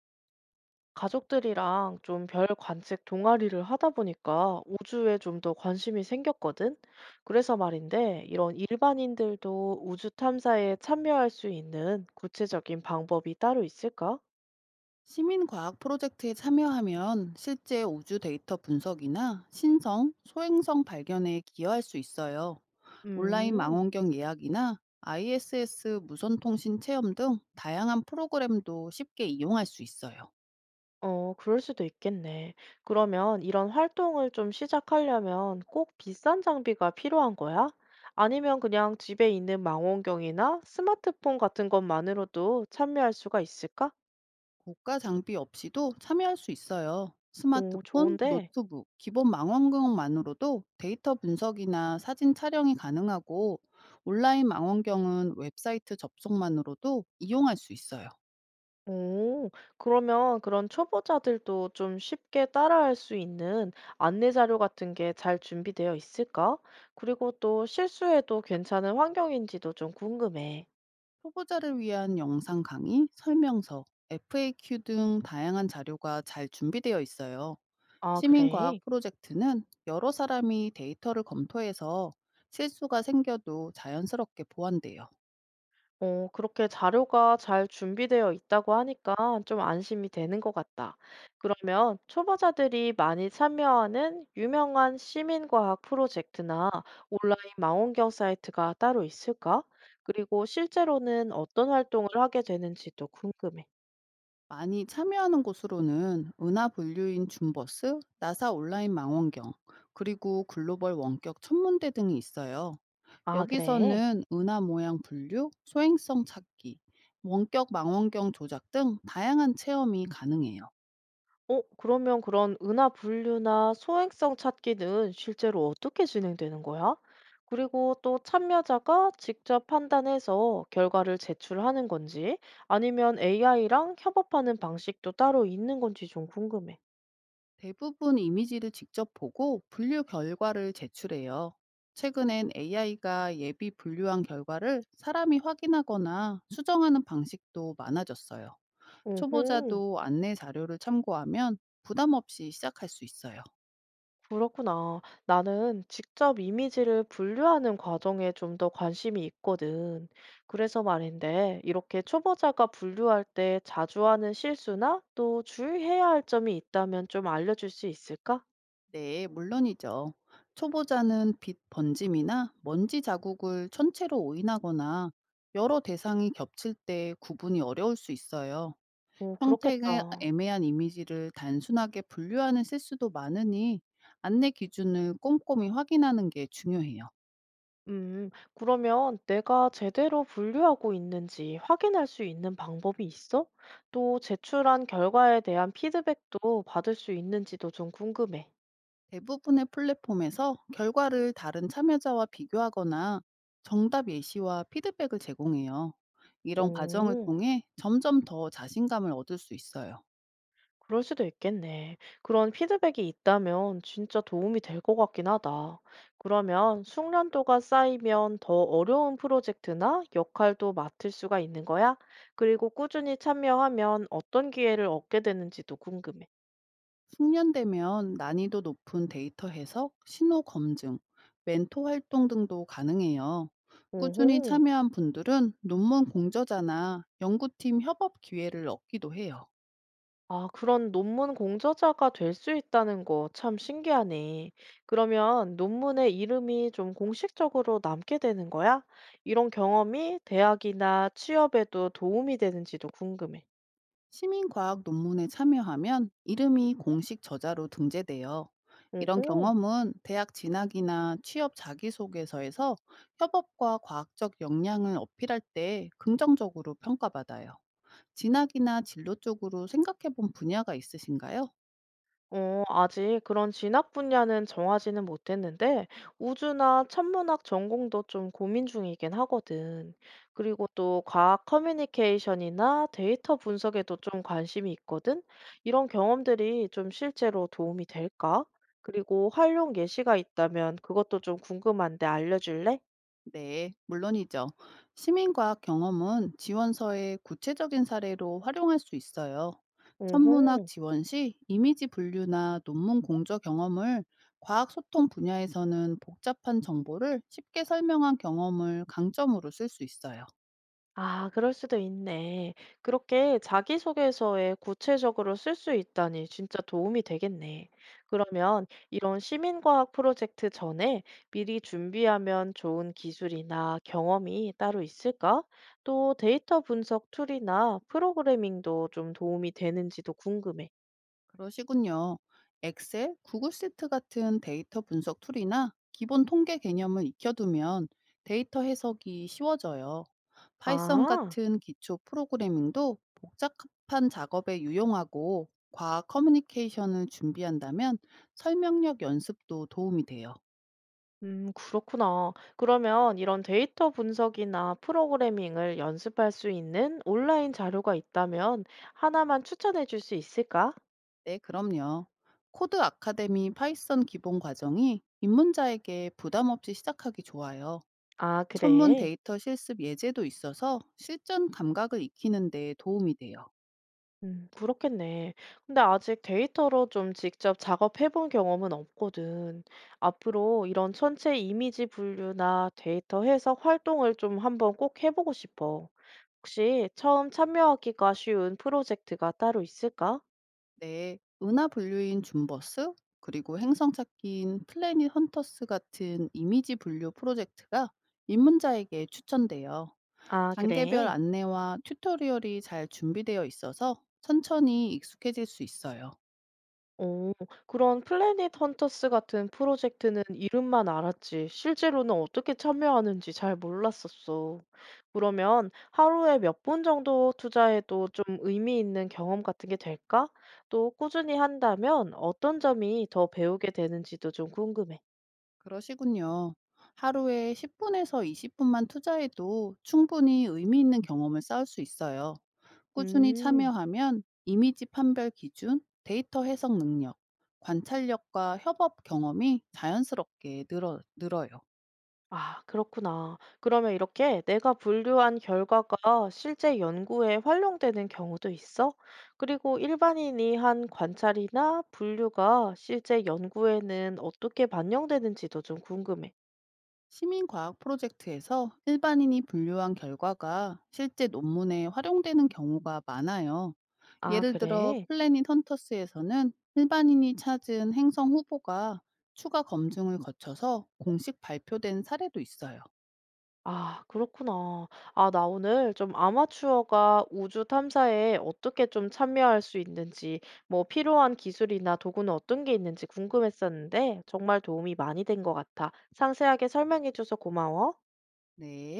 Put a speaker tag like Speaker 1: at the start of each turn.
Speaker 1: 가족들이랑 좀 별 관측 동아리를 하다 보니까 우주에 좀 더 관심이 생겼거든. 그래서 말인데, 이런 일반인들도 우주 탐사에 참여할 수 있는 구체적인 방법이 따로 있을까?
Speaker 2: 시민과학 프로젝트에 참여하면 실제 우주 데이터 분석이나 신성, 소행성 발견에 기여할 수 있어요. 온라인
Speaker 1: 음,
Speaker 2: 망원경 예약이나 ISS 무선통신 체험 등 다양한 프로그램도 쉽게 이용할 수 있어요.
Speaker 1: 그럴 수도 있겠네. 그러면 이런 활동을 좀 시작하려면 꼭 비싼 장비가 필요한 거야? 아니면 그냥 집에 있는 망원경이나 스마트폰 같은 것만으로도 참여할 수가 있을까?
Speaker 2: 고가 장비 없이도 참여할 수 있어요.
Speaker 1: 오,
Speaker 2: 스마트폰,
Speaker 1: 좋은데?
Speaker 2: 노트북, 기본 망원경만으로도 데이터 분석이나 사진 촬영이 가능하고 온라인 망원경은 웹사이트 접속만으로도 이용할 수 있어요.
Speaker 1: 오, 그러면 그런 초보자들도 좀 쉽게 따라할 수 있는 안내 자료 같은 게 잘 준비되어 있을까? 그리고 또 실수해도 괜찮은 환경인지도 좀 궁금해.
Speaker 2: 초보자를 위한 영상 강의, 설명서, FAQ 등 다양한 자료가 잘 준비되어 있어요.
Speaker 1: 아, 그래?
Speaker 2: 시민과학 프로젝트는 여러 사람이 데이터를 검토해서 실수가 생겨도 자연스럽게 보완돼요.
Speaker 1: 어, 그렇게 자료가 잘 준비되어 있다고 하니까 좀 안심이 되는 것 같다. 그러면 초보자들이 많이 참여하는 유명한 시민과학 프로젝트나 온라인 망원경 사이트가 따로 있을까? 그리고 실제로는 어떤 활동을 하게 되는지도 궁금해.
Speaker 2: 많이 참여하는 곳으로는 은하 분류인 줌버스, 나사 온라인 망원경, 그리고 글로벌 원격 천문대 등이 있어요.
Speaker 1: 아, 그래.
Speaker 2: 여기서는 은하 모양 분류, 소행성 찾기, 원격 망원경 조작 등 다양한 체험이 가능해요.
Speaker 1: 어, 그러면 그런 은하 분류나 소행성 찾기는 실제로 어떻게 진행되는 거야? 그리고 또 참여자가 직접 판단해서 결과를 제출하는 건지, 아니면 AI랑 협업하는 방식도 따로 있는 건지 좀 궁금해.
Speaker 2: 대부분 이미지를 직접 보고 분류 결과를 제출해요. 최근엔 AI가 예비 분류한 결과를 사람이 확인하거나 수정하는 방식도 많아졌어요.
Speaker 1: 오호.
Speaker 2: 초보자도 안내 자료를 참고하면 부담 없이 시작할 수 있어요.
Speaker 1: 그렇구나. 나는 직접 이미지를 분류하는 과정에 좀 더 관심이 있거든. 그래서 말인데, 이렇게 초보자가 분류할 때 자주 하는 실수나 또 주의해야 할 점이 있다면 좀 알려줄 수 있을까?
Speaker 2: 네, 물론이죠. 초보자는 빛 번짐이나 먼지 자국을 천체로 오인하거나 여러 대상이 겹칠 때 구분이 어려울 수 있어요.
Speaker 1: 오,
Speaker 2: 평택의
Speaker 1: 그렇겠다.
Speaker 2: 애매한 이미지를 단순하게 분류하는 실수도 많으니 안내 기준을 꼼꼼히 확인하는 게 중요해요.
Speaker 1: 그러면 내가 제대로 분류하고 있는지 확인할 수 있는 방법이 있어? 또 제출한 결과에 대한 피드백도 받을 수 있는지도 좀 궁금해.
Speaker 2: 대부분의 플랫폼에서 결과를 다른 참여자와 비교하거나 정답 예시와 피드백을 제공해요. 이런 과정을
Speaker 1: 오.
Speaker 2: 통해 점점 더 자신감을 얻을 수 있어요.
Speaker 1: 그럴 수도 있겠네. 그런 피드백이 있다면 진짜 도움이 될 것 같긴 하다. 그러면 숙련도가 쌓이면 더 어려운 프로젝트나 역할도 맡을 수가 있는 거야? 그리고 꾸준히 참여하면 어떤 기회를 얻게 되는지도 궁금해.
Speaker 2: 숙련되면 난이도 높은 데이터 해석, 신호 검증, 멘토 활동 등도 가능해요. 꾸준히
Speaker 1: 오호.
Speaker 2: 참여한 분들은 논문 공저자나 연구팀 협업 기회를 얻기도 해요.
Speaker 1: 아, 그런 논문 공저자가 될 수 있다는 거 참 신기하네. 그러면 논문의 이름이 좀 공식적으로 남게 되는 거야? 이런 경험이 대학이나 취업에도 도움이 되는지도 궁금해.
Speaker 2: 시민과학 논문에 참여하면 이름이 공식 저자로 등재돼요. 이런
Speaker 1: 오호.
Speaker 2: 경험은 대학 진학이나 취업 자기소개서에서 협업과 과학적 역량을 어필할 때 긍정적으로 평가받아요. 진학이나 진로 쪽으로 생각해 본 분야가 있으신가요?
Speaker 1: 어, 아직 그런 진학 분야는 정하지는 못했는데, 우주나 천문학 전공도 좀 고민 중이긴 하거든. 그리고 또 과학 커뮤니케이션이나 데이터 분석에도 좀 관심이 있거든. 이런 경험들이 좀 실제로 도움이 될까? 그리고 활용 예시가 있다면 그것도 좀 궁금한데 알려줄래?
Speaker 2: 네, 물론이죠. 시민과학 경험은 지원서의 구체적인 사례로 활용할 수 있어요. 천문학
Speaker 1: 오호.
Speaker 2: 지원 시 이미지 분류나 논문 공저 경험을 과학 소통 분야에서는 복잡한 정보를 쉽게 설명한 경험을 강점으로 쓸 수 있어요.
Speaker 1: 아, 그럴 수도 있네. 그렇게 자기소개서에 구체적으로 쓸 수 있다니 진짜 도움이 되겠네. 그러면 이런 시민과학 프로젝트 전에 미리 준비하면 좋은 기술이나 경험이 따로 있을까? 또 데이터 분석 툴이나 프로그래밍도 좀 도움이 되는지도 궁금해.
Speaker 2: 그러시군요. 엑셀, 구글 시트 같은 데이터 분석 툴이나 기본 통계 개념을 익혀두면 데이터 해석이 쉬워져요. 파이썬
Speaker 1: 아.
Speaker 2: 같은 기초 프로그래밍도 복잡한 작업에 유용하고 과학 커뮤니케이션을 준비한다면 설명력 연습도 도움이 돼요.
Speaker 1: 그렇구나. 그러면 이런 데이터 분석이나 프로그래밍을 연습할 수 있는 온라인 자료가 있다면 하나만 추천해 줄 수 있을까?
Speaker 2: 네, 그럼요. 코드 아카데미 파이썬 기본 과정이 입문자에게 부담 없이 시작하기 좋아요.
Speaker 1: 아,
Speaker 2: 천문
Speaker 1: 그래.
Speaker 2: 데이터 실습 예제도 있어서 실전 감각을 익히는 데 도움이 돼요.
Speaker 1: 그렇겠네. 근데 아직 데이터로 좀 직접 작업해 본 경험은 없거든. 앞으로 이런 천체 이미지 분류나 데이터 해석 활동을 좀 한번 꼭 해보고 싶어. 혹시 처음 참여하기가 쉬운 프로젝트가 따로 있을까?
Speaker 2: 네, 은하 분류인 줌버스 그리고 행성 찾기인 플래닛 헌터스 같은 이미지 분류 프로젝트가 입문자에게 추천돼요.
Speaker 1: 아,
Speaker 2: 단계별
Speaker 1: 그래.
Speaker 2: 안내와 튜토리얼이 잘 준비되어 있어서 천천히 익숙해질 수 있어요.
Speaker 1: 오, 그런 플래닛 헌터스 같은 프로젝트는 이름만 알았지, 실제로는 어떻게 참여하는지 잘 몰랐었어. 그러면 하루에 몇 분 정도 투자해도 좀 의미 있는 경험 같은 게 될까? 또 꾸준히 한다면 어떤 점이 더 배우게 되는지도 좀 궁금해.
Speaker 2: 그러시군요. 하루에 10분에서 20분만 투자해도 충분히 의미 있는 경험을 쌓을 수 있어요. 꾸준히
Speaker 1: 음.
Speaker 2: 참여하면 이미지 판별 기준, 데이터 해석 능력, 관찰력과 협업 경험이 자연스럽게 늘어요.
Speaker 1: 아, 그렇구나. 그러면 이렇게 내가 분류한 결과가 실제 연구에 활용되는 경우도 있어? 그리고 일반인이 한 관찰이나 분류가 실제 연구에는 어떻게 반영되는지도 좀 궁금해.
Speaker 2: 시민과학 프로젝트에서 일반인이 분류한 결과가 실제 논문에 활용되는 경우가 많아요.
Speaker 1: 아,
Speaker 2: 예를 들어
Speaker 1: 그래?
Speaker 2: 플래닛 헌터스에서는 일반인이 찾은 행성 후보가 추가 검증을 거쳐서 공식 발표된 사례도 있어요.
Speaker 1: 아, 그렇구나. 아, 나 오늘 좀 아마추어가 우주 탐사에 어떻게 좀 참여할 수 있는지, 뭐 필요한 기술이나 도구는 어떤 게 있는지 궁금했었는데 정말 도움이 많이 된 것 같아. 상세하게 설명해줘서 고마워.
Speaker 2: 네.